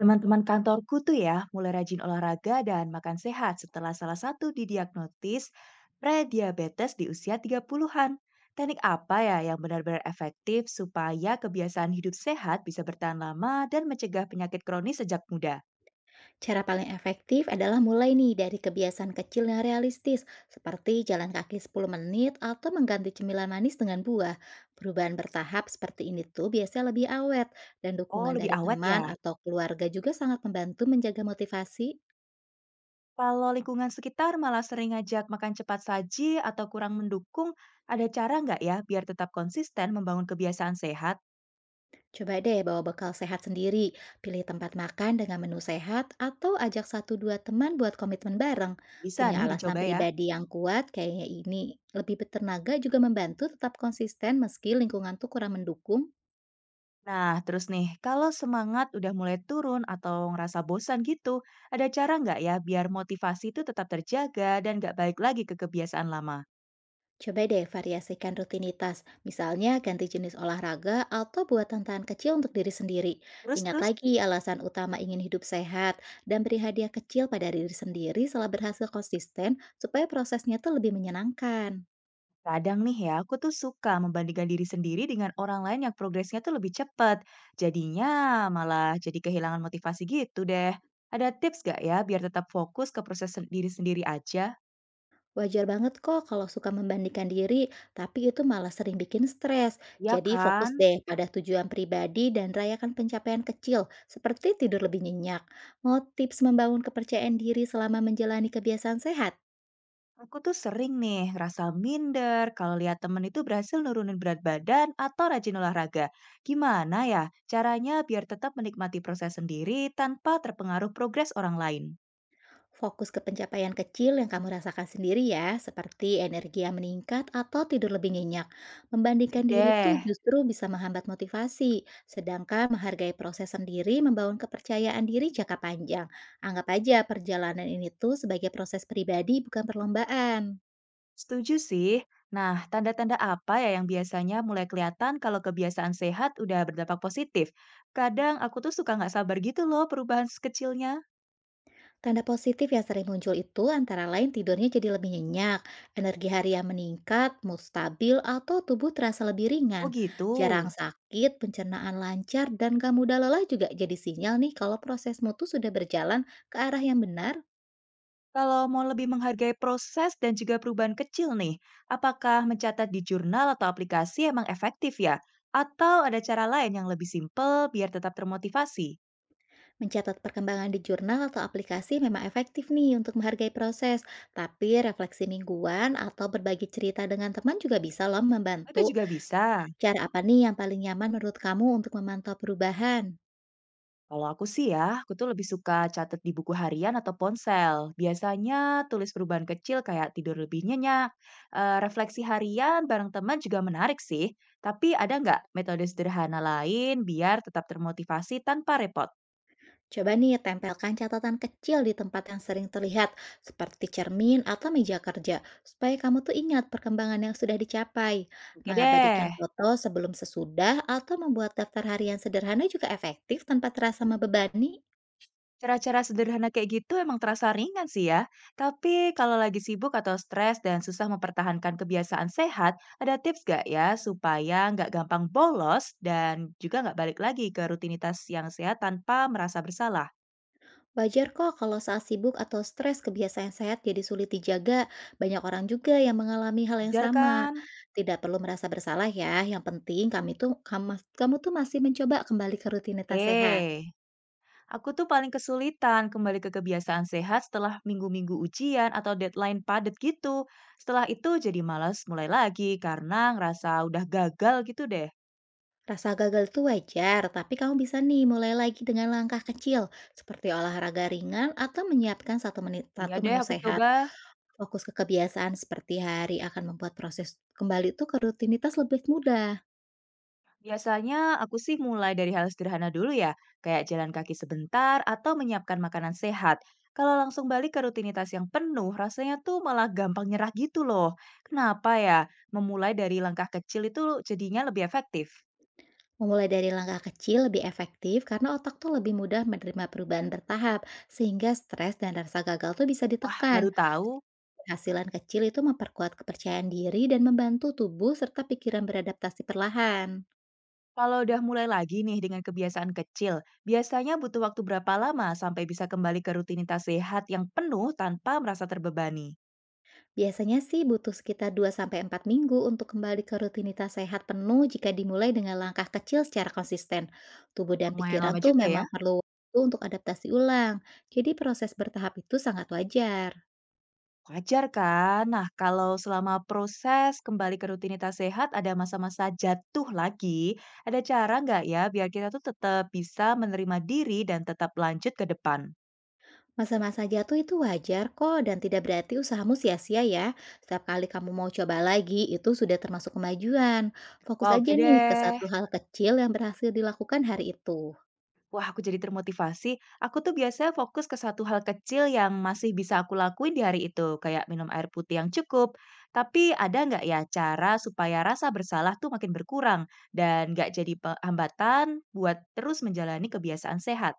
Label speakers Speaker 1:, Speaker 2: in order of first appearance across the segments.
Speaker 1: Teman-teman kantorku tuh ya mulai rajin olahraga dan makan sehat setelah salah satu didiagnotis prediabetes di usia 30-an. Teknik apa ya yang benar-benar efektif supaya kebiasaan hidup sehat bisa bertahan lama dan mencegah penyakit kronis sejak muda?
Speaker 2: Cara paling efektif adalah mulai nih dari kebiasaan kecil yang realistis, seperti jalan kaki 10 menit atau mengganti cemilan manis dengan buah. Perubahan bertahap seperti ini tuh biasanya lebih awet, dan
Speaker 1: Oh,
Speaker 2: dukungan
Speaker 1: lebih
Speaker 2: dari
Speaker 1: awet
Speaker 2: teman
Speaker 1: ya.
Speaker 2: atau keluarga juga sangat membantu menjaga motivasi.
Speaker 1: Kalau lingkungan sekitar malah sering ngajak makan cepat saji atau kurang mendukung, ada cara nggak ya biar tetap konsisten membangun kebiasaan sehat?
Speaker 2: Coba deh bawa bekal sehat sendiri, pilih tempat makan dengan menu sehat, atau ajak satu dua teman buat komitmen bareng.
Speaker 1: Bisa
Speaker 2: Punya
Speaker 1: nih
Speaker 2: alasan
Speaker 1: dicoba ya.
Speaker 2: pribadi yang kuat kayaknya ini lebih bertenaga juga membantu tetap konsisten meski lingkungan tuh kurang mendukung.
Speaker 1: Nah, terus nih, kalau semangat udah mulai turun atau ngerasa bosan gitu, ada cara nggak ya biar motivasi itu tetap terjaga dan nggak balik lagi ke kebiasaan lama?
Speaker 2: Coba deh variasikan rutinitas, misalnya ganti jenis olahraga atau buat tantangan kecil untuk diri sendiri. Ingat
Speaker 1: Terus-terus,
Speaker 2: lagi alasan utama ingin hidup sehat dan beri hadiah kecil pada diri sendiri setelah berhasil konsisten supaya prosesnya tuh lebih menyenangkan.
Speaker 1: kadang nih ya, aku tuh suka membandingkan diri sendiri dengan orang lain yang progresnya tuh lebih cepat. Jadinya malah jadi kehilangan motivasi gitu deh. Ada tips nggak ya biar tetap fokus ke proses diri sendiri aja?
Speaker 2: Wajar banget kok kalau suka membandingkan diri, tapi itu malah sering bikin stres.
Speaker 1: Ya
Speaker 2: Jadi
Speaker 1: kan?
Speaker 2: fokus deh pada tujuan pribadi dan rayakan pencapaian kecil seperti tidur lebih nyenyak. Mau tips membangun kepercayaan diri selama menjalani kebiasaan sehat?
Speaker 1: Aku tuh sering nih ngerasa minder kalau lihat temen itu berhasil nurunin berat badan atau rajin olahraga. Gimana ya caranya biar tetap menikmati proses sendiri tanpa terpengaruh progres orang lain?
Speaker 2: Fokus ke pencapaian kecil yang kamu rasakan sendiri ya, seperti energi yang meningkat atau tidur lebih nyenyak. Membandingkan
Speaker 1: Sip
Speaker 2: diri tuh
Speaker 1: deh,
Speaker 2: justru bisa menghambat motivasi, sedangkan menghargai proses sendiri membangun kepercayaan diri jangka panjang. Anggap aja perjalanan ini tuh sebagai proses pribadi bukan perlombaan.
Speaker 1: setuju sih. Nah, tanda-tanda apa ya yang biasanya mulai kelihatan kalau kebiasaan sehat udah berdampak positif? Kadang aku tuh suka nggak sabar gitu loh perubahan sekecilnya.
Speaker 2: Tanda positif yang sering muncul itu antara lain tidurnya jadi lebih nyenyak, energi harian meningkat, mood stabil, atau tubuh terasa lebih
Speaker 1: Oh
Speaker 2: ringan.
Speaker 1: gitu.
Speaker 2: Jarang sakit, pencernaan lancar, dan gak mudah lelah juga jadi sinyal nih kalau proses mutu sudah berjalan ke arah yang benar.
Speaker 1: Kalau mau lebih menghargai proses dan juga perubahan kecil nih, apakah mencatat di jurnal atau aplikasi emang efektif ya? Atau ada cara lain yang lebih simpel biar tetap termotivasi?
Speaker 2: Mencatat perkembangan di jurnal atau aplikasi memang efektif nih untuk menghargai proses, tapi refleksi mingguan atau berbagi cerita dengan teman juga bisa loh
Speaker 1: Oh, itu
Speaker 2: membantu.
Speaker 1: juga bisa.
Speaker 2: Cara apa nih yang paling nyaman menurut kamu untuk memantau perubahan?
Speaker 1: Kalau aku sih ya, aku tuh lebih suka catat di buku harian atau ponsel. Biasanya tulis perubahan kecil kayak tidur lebih nyenyak, refleksi harian bareng teman juga menarik sih. Tapi ada nggak metode sederhana lain biar tetap termotivasi tanpa repot?
Speaker 2: Coba nih tempelkan catatan kecil di tempat yang sering terlihat, seperti cermin atau meja kerja, supaya kamu tuh ingat perkembangan yang sudah dicapai.
Speaker 1: Oke
Speaker 2: Mengabadikan
Speaker 1: deh.
Speaker 2: foto sebelum sesudah atau membuat daftar harian sederhana juga efektif tanpa terasa membebani.
Speaker 1: Cara-cara sederhana kayak gitu emang terasa ringan sih ya. Tapi kalau lagi sibuk atau stres dan susah mempertahankan kebiasaan sehat, ada tips gak ya supaya nggak gampang bolos dan juga nggak balik lagi ke rutinitas yang sehat tanpa merasa bersalah?
Speaker 2: Wajar kok kalau saat sibuk atau stres kebiasaan sehat jadi sulit dijaga. Banyak orang juga yang mengalami hal yang
Speaker 1: Wajar
Speaker 2: sama.
Speaker 1: kan?
Speaker 2: Tidak perlu merasa bersalah ya. Yang penting kami tuh kamu, kamu tuh masih mencoba kembali ke rutinitas sehat.
Speaker 1: Oke. Aku tuh paling kesulitan kembali ke kebiasaan sehat setelah minggu-minggu ujian atau deadline padat gitu. Setelah itu jadi malas mulai lagi karena ngerasa udah gagal gitu deh.
Speaker 2: Rasa gagal itu wajar, tapi kamu bisa nih mulai lagi dengan langkah kecil, seperti olahraga ringan atau menyiapkan satu menit
Speaker 1: Iya
Speaker 2: satu
Speaker 1: deh,
Speaker 2: menu
Speaker 1: aku
Speaker 2: sehat.
Speaker 1: coba.
Speaker 2: Fokus ke kebiasaan seperti hari akan membuat proses kembali itu ke rutinitas lebih mudah.
Speaker 1: Biasanya aku sih mulai dari hal sederhana dulu ya, kayak jalan kaki sebentar atau menyiapkan makanan sehat. Kalau langsung balik ke rutinitas yang penuh, rasanya tuh malah gampang nyerah gitu loh. Kenapa ya? Memulai dari langkah kecil itu jadinya lebih efektif.
Speaker 2: Memulai dari langkah kecil lebih efektif karena otak tuh lebih mudah menerima perubahan bertahap, sehingga stres dan rasa gagal tuh bisa
Speaker 1: Wah,
Speaker 2: ditekan.
Speaker 1: baru tahu.
Speaker 2: Hasilan kecil itu memperkuat kepercayaan diri dan membantu tubuh serta pikiran beradaptasi perlahan.
Speaker 1: Kalau udah mulai lagi nih dengan kebiasaan kecil, biasanya butuh waktu berapa lama sampai bisa kembali ke rutinitas sehat yang penuh tanpa merasa terbebani?
Speaker 2: Biasanya sih butuh sekitar 2 sampai 4 minggu untuk kembali ke rutinitas sehat penuh jika dimulai dengan langkah kecil secara konsisten. Tubuh dan
Speaker 1: Lumayan
Speaker 2: pikiran
Speaker 1: lama
Speaker 2: tuh
Speaker 1: juga ya.
Speaker 2: memang perlu waktu untuk adaptasi ulang, jadi proses bertahap itu sangat wajar.
Speaker 1: Wajar kan? Nah, kalau selama proses kembali ke rutinitas sehat ada masa-masa jatuh lagi, ada cara nggak ya biar kita tuh tetap bisa menerima diri dan tetap lanjut ke depan?
Speaker 2: Masa-masa jatuh itu wajar kok dan tidak berarti usahamu sia-sia ya. Setiap kali kamu mau coba lagi itu sudah termasuk kemajuan. Fokus
Speaker 1: Wah,
Speaker 2: aja
Speaker 1: oke
Speaker 2: nih ke
Speaker 1: deh.
Speaker 2: satu hal kecil yang berhasil dilakukan hari itu.
Speaker 1: Wah, aku jadi termotivasi. Aku tuh biasanya fokus ke satu hal kecil yang masih bisa aku lakuin di hari itu, kayak minum air putih yang cukup. Tapi ada nggak ya cara supaya rasa bersalah tuh makin berkurang dan nggak jadi hambatan buat terus menjalani kebiasaan sehat?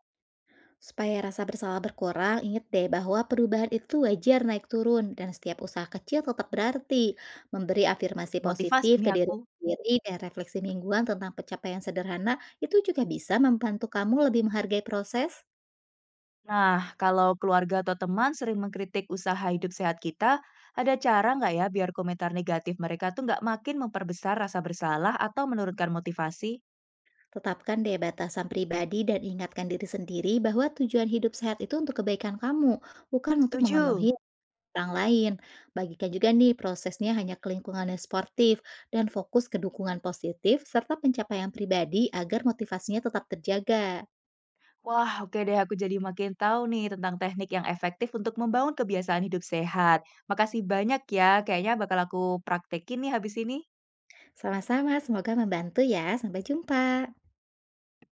Speaker 2: Supaya rasa bersalah berkurang, ingat deh bahwa perubahan itu wajar naik turun dan setiap usaha kecil tetap berarti. Memberi afirmasi
Speaker 1: Motivasi
Speaker 2: positif ke
Speaker 1: nih
Speaker 2: diri
Speaker 1: aku.
Speaker 2: sendiri dan refleksi mingguan tentang pencapaian sederhana itu juga bisa membantu kamu lebih menghargai proses.
Speaker 1: Nah, kalau keluarga atau teman sering mengkritik usaha hidup sehat kita, ada cara nggak ya biar komentar negatif mereka tuh nggak makin memperbesar rasa bersalah atau menurunkan motivasi?
Speaker 2: Tetapkan deh batasan pribadi dan ingatkan diri sendiri bahwa tujuan hidup sehat itu untuk kebaikan kamu, bukan untuk
Speaker 1: Setuju.
Speaker 2: memenuhi orang lain. Bagikan juga nih prosesnya hanya ke lingkungan yang sportif dan fokus ke dukungan positif serta pencapaian pribadi agar motivasinya tetap terjaga.
Speaker 1: Wah, oke deh aku jadi makin tahu nih tentang teknik yang efektif untuk membangun kebiasaan hidup sehat. Makasih banyak ya, kayaknya bakal aku praktekin nih habis ini.
Speaker 2: Sama-sama, semoga membantu ya. Sampai jumpa.